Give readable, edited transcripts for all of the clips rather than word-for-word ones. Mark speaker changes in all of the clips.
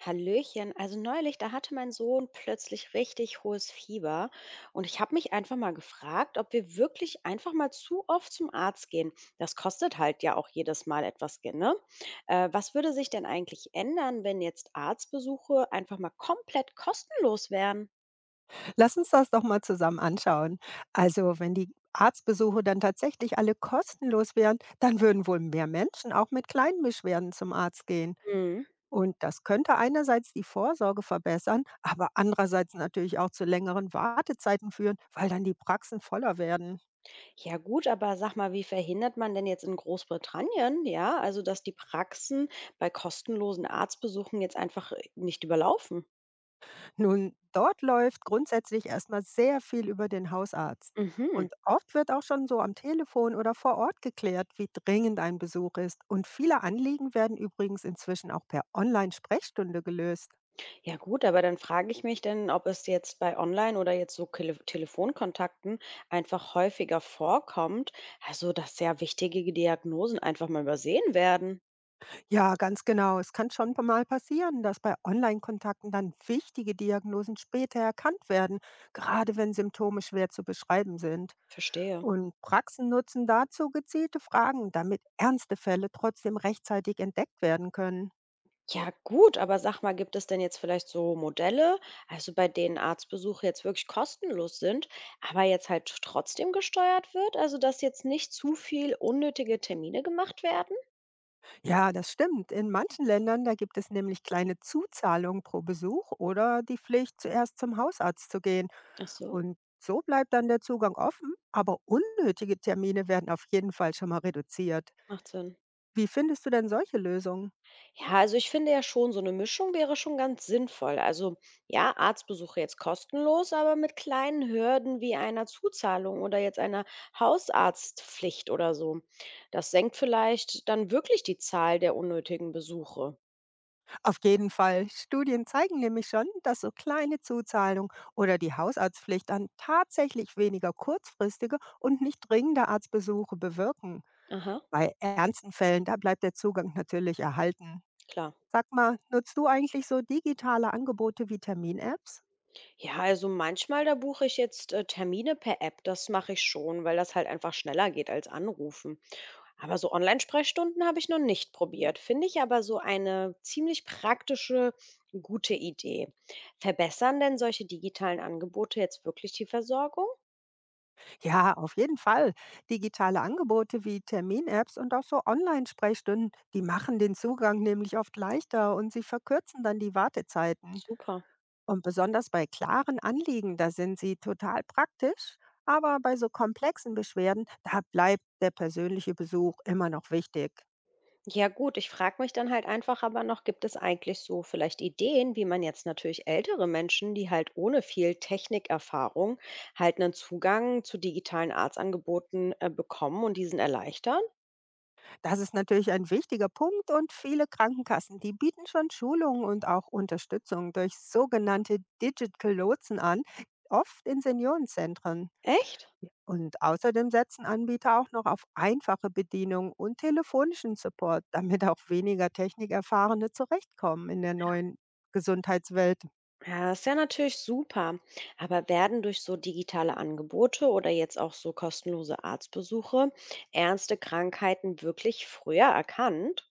Speaker 1: Hallöchen, also neulich, da hatte mein Sohn plötzlich richtig hohes Fieber und ich habe mich einfach mal gefragt, ob wir wirklich einfach mal zu oft zum Arzt gehen. Das kostet halt ja auch jedes Mal etwas, Geld, ne? Was würde sich denn eigentlich ändern, wenn jetzt Arztbesuche einfach mal komplett kostenlos wären?
Speaker 2: Lass uns das doch mal zusammen anschauen. Also, wenn die Arztbesuche dann tatsächlich alle kostenlos wären, dann würden wohl mehr Menschen auch mit kleinen Beschwerden zum Arzt gehen.
Speaker 1: Hm.
Speaker 2: Und das könnte einerseits die Vorsorge verbessern, aber andererseits natürlich auch zu längeren Wartezeiten führen, weil dann die Praxen voller werden.
Speaker 1: Ja gut, aber sag mal, wie verhindert man denn jetzt in Großbritannien, ja, also dass die Praxen bei kostenlosen Arztbesuchen jetzt einfach nicht überlaufen?
Speaker 2: Nun, dort läuft grundsätzlich erstmal sehr viel über den Hausarzt.
Speaker 1: Mhm.
Speaker 2: Und oft wird auch schon so am Telefon oder vor Ort geklärt, wie dringend ein Besuch ist. Und viele Anliegen werden übrigens inzwischen auch per Online-Sprechstunde gelöst.
Speaker 1: Ja gut, aber dann frage ich mich denn, ob es jetzt bei Online oder jetzt so Kele Telefonkontakten einfach häufiger vorkommt, also dass sehr wichtige Diagnosen einfach mal übersehen werden.
Speaker 2: Ja, ganz genau. Es kann schon mal passieren, dass bei Online-Kontakten dann wichtige Diagnosen später erkannt werden, gerade wenn Symptome schwer zu beschreiben sind.
Speaker 1: Verstehe.
Speaker 2: Und Praxen nutzen dazu gezielte Fragen, damit ernste Fälle trotzdem rechtzeitig entdeckt werden können.
Speaker 1: Ja gut, aber sag mal, gibt es denn jetzt vielleicht so Modelle, also bei denen Arztbesuche jetzt wirklich kostenlos sind, aber jetzt halt trotzdem gesteuert wird, also dass jetzt nicht zu viel unnötige Termine gemacht werden?
Speaker 2: Ja, das stimmt. In manchen Ländern, da gibt es nämlich kleine Zuzahlungen pro Besuch oder die Pflicht, zuerst zum Hausarzt zu gehen.
Speaker 1: Ach so,
Speaker 2: Und so bleibt dann der Zugang offen, aber unnötige Termine werden auf jeden Fall schon mal reduziert.
Speaker 1: macht Sinn.
Speaker 2: Wie findest du denn solche Lösungen?
Speaker 1: Ja, also ich finde ja schon, so eine Mischung wäre schon ganz sinnvoll. Also, ja, Arztbesuche jetzt kostenlos, aber mit kleinen Hürden wie einer Zuzahlung oder jetzt einer Hausarztpflicht oder so. Das senkt vielleicht dann wirklich die Zahl der unnötigen Besuche.
Speaker 2: Auf jeden Fall. Studien zeigen nämlich schon, dass so kleine Zuzahlungen oder die Hausarztpflicht dann tatsächlich weniger kurzfristige und nicht dringende Arztbesuche bewirken.
Speaker 1: Aha,
Speaker 2: Bei ernsten Fällen, da bleibt der Zugang natürlich erhalten.
Speaker 1: klar.
Speaker 2: Sag mal, nutzt du eigentlich so digitale Angebote wie Termin-Apps?
Speaker 1: Ja, also manchmal, da buche ich jetzt Termine per App. Das mache ich schon, weil das halt einfach schneller geht als anrufen. Aber so Online-Sprechstunden habe ich noch nicht probiert, finde ich aber so eine ziemlich praktische, gute Idee. Verbessern denn solche digitalen Angebote jetzt wirklich die Versorgung?
Speaker 2: Ja, auf jeden Fall. Digitale Angebote wie Termin-Apps und auch so Online-Sprechstunden, die machen den Zugang nämlich oft leichter und sie verkürzen dann die Wartezeiten.
Speaker 1: Super.
Speaker 2: Und besonders bei klaren Anliegen, da sind sie total praktisch. Aber bei so komplexen Beschwerden, da bleibt der persönliche Besuch immer noch wichtig.
Speaker 1: Ja gut, ich frage mich dann halt einfach aber noch, gibt es eigentlich so vielleicht Ideen, wie man jetzt natürlich ältere Menschen, die halt ohne viel Technikerfahrung halt einen Zugang zu digitalen Arztangeboten bekommen und diesen erleichtern?
Speaker 2: Das ist natürlich ein wichtiger Punkt und viele Krankenkassen, die bieten schon Schulungen und auch Unterstützung durch sogenannte Digital Lotsen an, oft in Seniorenzentren.
Speaker 1: Echt?
Speaker 2: Und außerdem setzen Anbieter auch noch auf einfache Bedienung und telefonischen Support, damit auch weniger technikerfahrene zurechtkommen in der neuen Gesundheitswelt.
Speaker 1: Ja, ist ja natürlich super. Aber werden durch so digitale Angebote oder jetzt auch so kostenlose Arztbesuche ernste Krankheiten wirklich früher erkannt?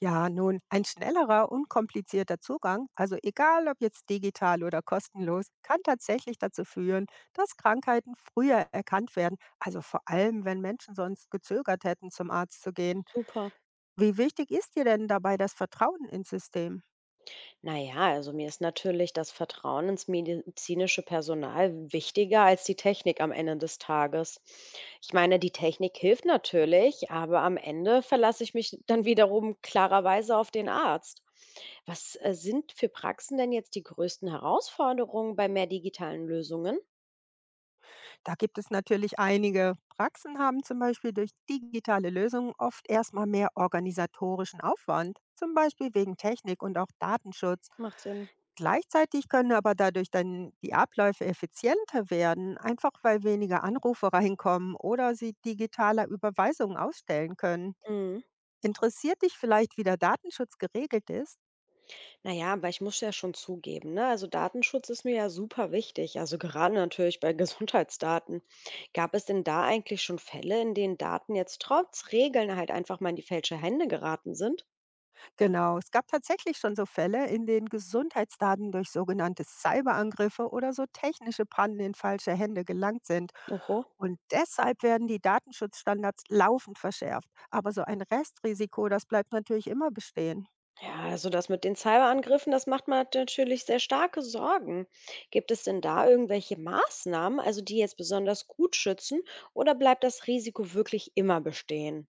Speaker 2: Ja, nun, ein schnellerer, unkomplizierter Zugang, also egal ob jetzt digital oder kostenlos, kann tatsächlich dazu führen, dass Krankheiten früher erkannt werden, also vor allem, wenn Menschen sonst gezögert hätten, zum Arzt zu gehen.
Speaker 1: Super.
Speaker 2: Wie wichtig ist dir denn dabei das Vertrauen ins System?
Speaker 1: Na ja, also mir ist natürlich das Vertrauen ins medizinische Personal wichtiger als die Technik am Ende des Tages. Ich meine, die Technik hilft natürlich, aber am Ende verlasse ich mich dann wiederum klarerweise auf den Arzt. Was sind für Praxen denn jetzt die größten Herausforderungen bei mehr digitalen Lösungen?
Speaker 2: Da gibt es natürlich einige. Praxen haben zum Beispiel durch digitale Lösungen oft erstmal mehr organisatorischen Aufwand, zum Beispiel wegen Technik und auch Datenschutz.
Speaker 1: Macht Sinn.
Speaker 2: Gleichzeitig können aber dadurch dann die Abläufe effizienter werden, einfach weil weniger Anrufe reinkommen oder sie digitaler Überweisungen ausstellen können.
Speaker 1: Mhm.
Speaker 2: Interessiert dich vielleicht, wie der Datenschutz geregelt ist?
Speaker 1: Naja, aber ich muss ja schon zugeben, ne? Also Datenschutz ist mir ja super wichtig. Also gerade natürlich bei Gesundheitsdaten. Gab es denn da eigentlich schon Fälle, in denen Daten jetzt trotz Regeln halt einfach mal in die falsche Hände geraten sind?
Speaker 2: Genau, es gab tatsächlich schon so Fälle, in denen Gesundheitsdaten durch sogenannte Cyberangriffe oder so technische Pannen in falsche Hände gelangt sind.
Speaker 1: Oho.
Speaker 2: Und deshalb werden die Datenschutzstandards laufend verschärft. Aber so ein Restrisiko, das bleibt natürlich immer bestehen.
Speaker 1: Ja, also das mit den Cyberangriffen, das macht mir natürlich sehr starke Sorgen. Gibt es denn da irgendwelche Maßnahmen, also die jetzt besonders gut schützen, oder bleibt das Risiko wirklich immer bestehen?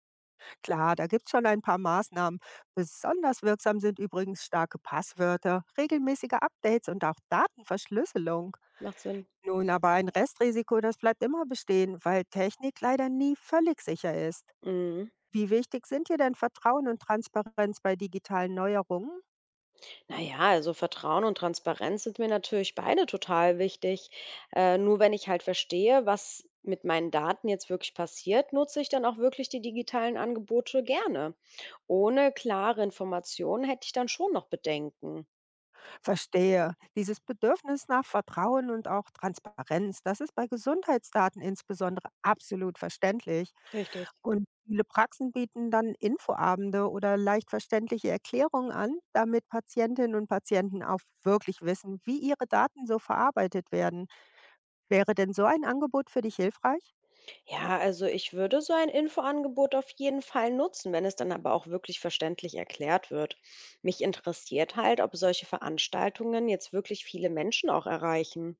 Speaker 2: Klar, da gibt es schon ein paar Maßnahmen. Besonders wirksam sind übrigens starke Passwörter, regelmäßige Updates und auch Datenverschlüsselung.
Speaker 1: Macht Sinn.
Speaker 2: Nun, aber ein Restrisiko, das bleibt immer bestehen, weil Technik leider nie völlig sicher ist.
Speaker 1: Mhm.
Speaker 2: Wie wichtig sind dir denn Vertrauen und Transparenz bei digitalen Neuerungen?
Speaker 1: Naja, also Vertrauen und Transparenz sind mir natürlich beide total wichtig. Nur wenn ich halt verstehe, was mit meinen Daten jetzt wirklich passiert, nutze ich dann auch wirklich die digitalen Angebote gerne. Ohne klare Informationen hätte ich dann schon noch Bedenken.
Speaker 2: Verstehe. Dieses Bedürfnis nach Vertrauen und auch Transparenz, das ist bei Gesundheitsdaten insbesondere absolut verständlich.
Speaker 1: Richtig.
Speaker 2: Und viele Praxen bieten dann Infoabende oder leicht verständliche Erklärungen an, damit Patientinnen und Patienten auch wirklich wissen, wie ihre Daten so verarbeitet werden. Wäre denn so ein Angebot für dich hilfreich?
Speaker 1: Ja, also ich würde so ein Infoangebot auf jeden Fall nutzen, wenn es dann aber auch wirklich verständlich erklärt wird. Mich interessiert halt, ob solche Veranstaltungen jetzt wirklich viele Menschen auch erreichen.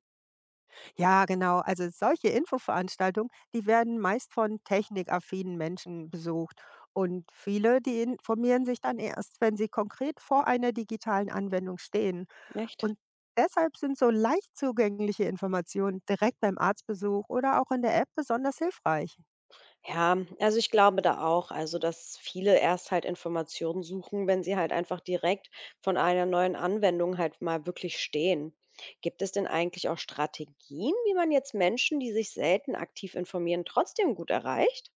Speaker 2: Ja, genau. Also solche Infoveranstaltungen, die werden meist von technikaffinen Menschen besucht. Und viele, die informieren sich dann erst, wenn sie konkret vor einer digitalen Anwendung stehen.
Speaker 1: Echt?
Speaker 2: Und deshalb sind so leicht zugängliche Informationen direkt beim Arztbesuch oder auch in der App besonders hilfreich.
Speaker 1: Ja, also ich glaube da auch, also dass viele erst halt Informationen suchen, wenn sie halt einfach direkt von einer neuen Anwendung halt mal wirklich stehen. Gibt es denn eigentlich auch Strategien, wie man jetzt Menschen, die sich selten aktiv informieren, trotzdem gut erreicht?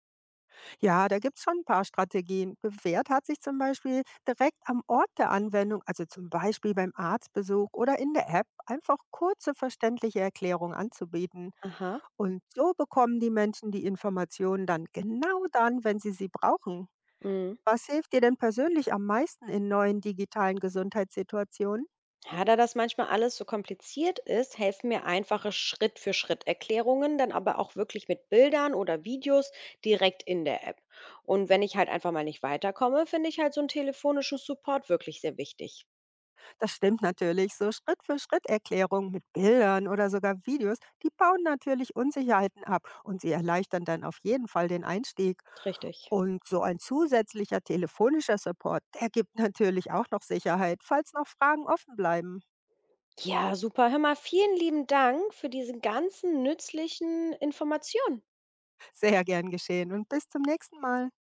Speaker 2: Ja, da gibt es schon ein paar Strategien. Bewährt hat sich zum Beispiel direkt am Ort der Anwendung, also zum Beispiel beim Arztbesuch oder in der App, einfach kurze verständliche Erklärungen anzubieten.
Speaker 1: Aha.
Speaker 2: Und so bekommen die Menschen die Informationen dann genau dann, wenn sie sie brauchen.
Speaker 1: Mhm.
Speaker 2: Was hilft dir denn persönlich am meisten in neuen digitalen Gesundheitssituationen?
Speaker 1: Ja, da das manchmal alles so kompliziert ist, helfen mir einfache Schritt-für-Schritt-Erklärungen, dann aber auch wirklich mit Bildern oder Videos direkt in der App. Und wenn ich halt einfach mal nicht weiterkomme, finde ich halt so einen telefonischen Support wirklich sehr wichtig.
Speaker 2: Das stimmt natürlich. So Schritt-für-Schritt-Erklärungen mit Bildern oder sogar Videos, die bauen natürlich Unsicherheiten ab und sie erleichtern dann auf jeden Fall den Einstieg.
Speaker 1: Richtig.
Speaker 2: Und so ein zusätzlicher telefonischer Support, der gibt natürlich auch noch Sicherheit, falls noch Fragen offen bleiben.
Speaker 1: Ja, super. Hör mal, vielen lieben Dank für diese ganzen nützlichen Informationen.
Speaker 2: Sehr gern geschehen und bis zum nächsten Mal.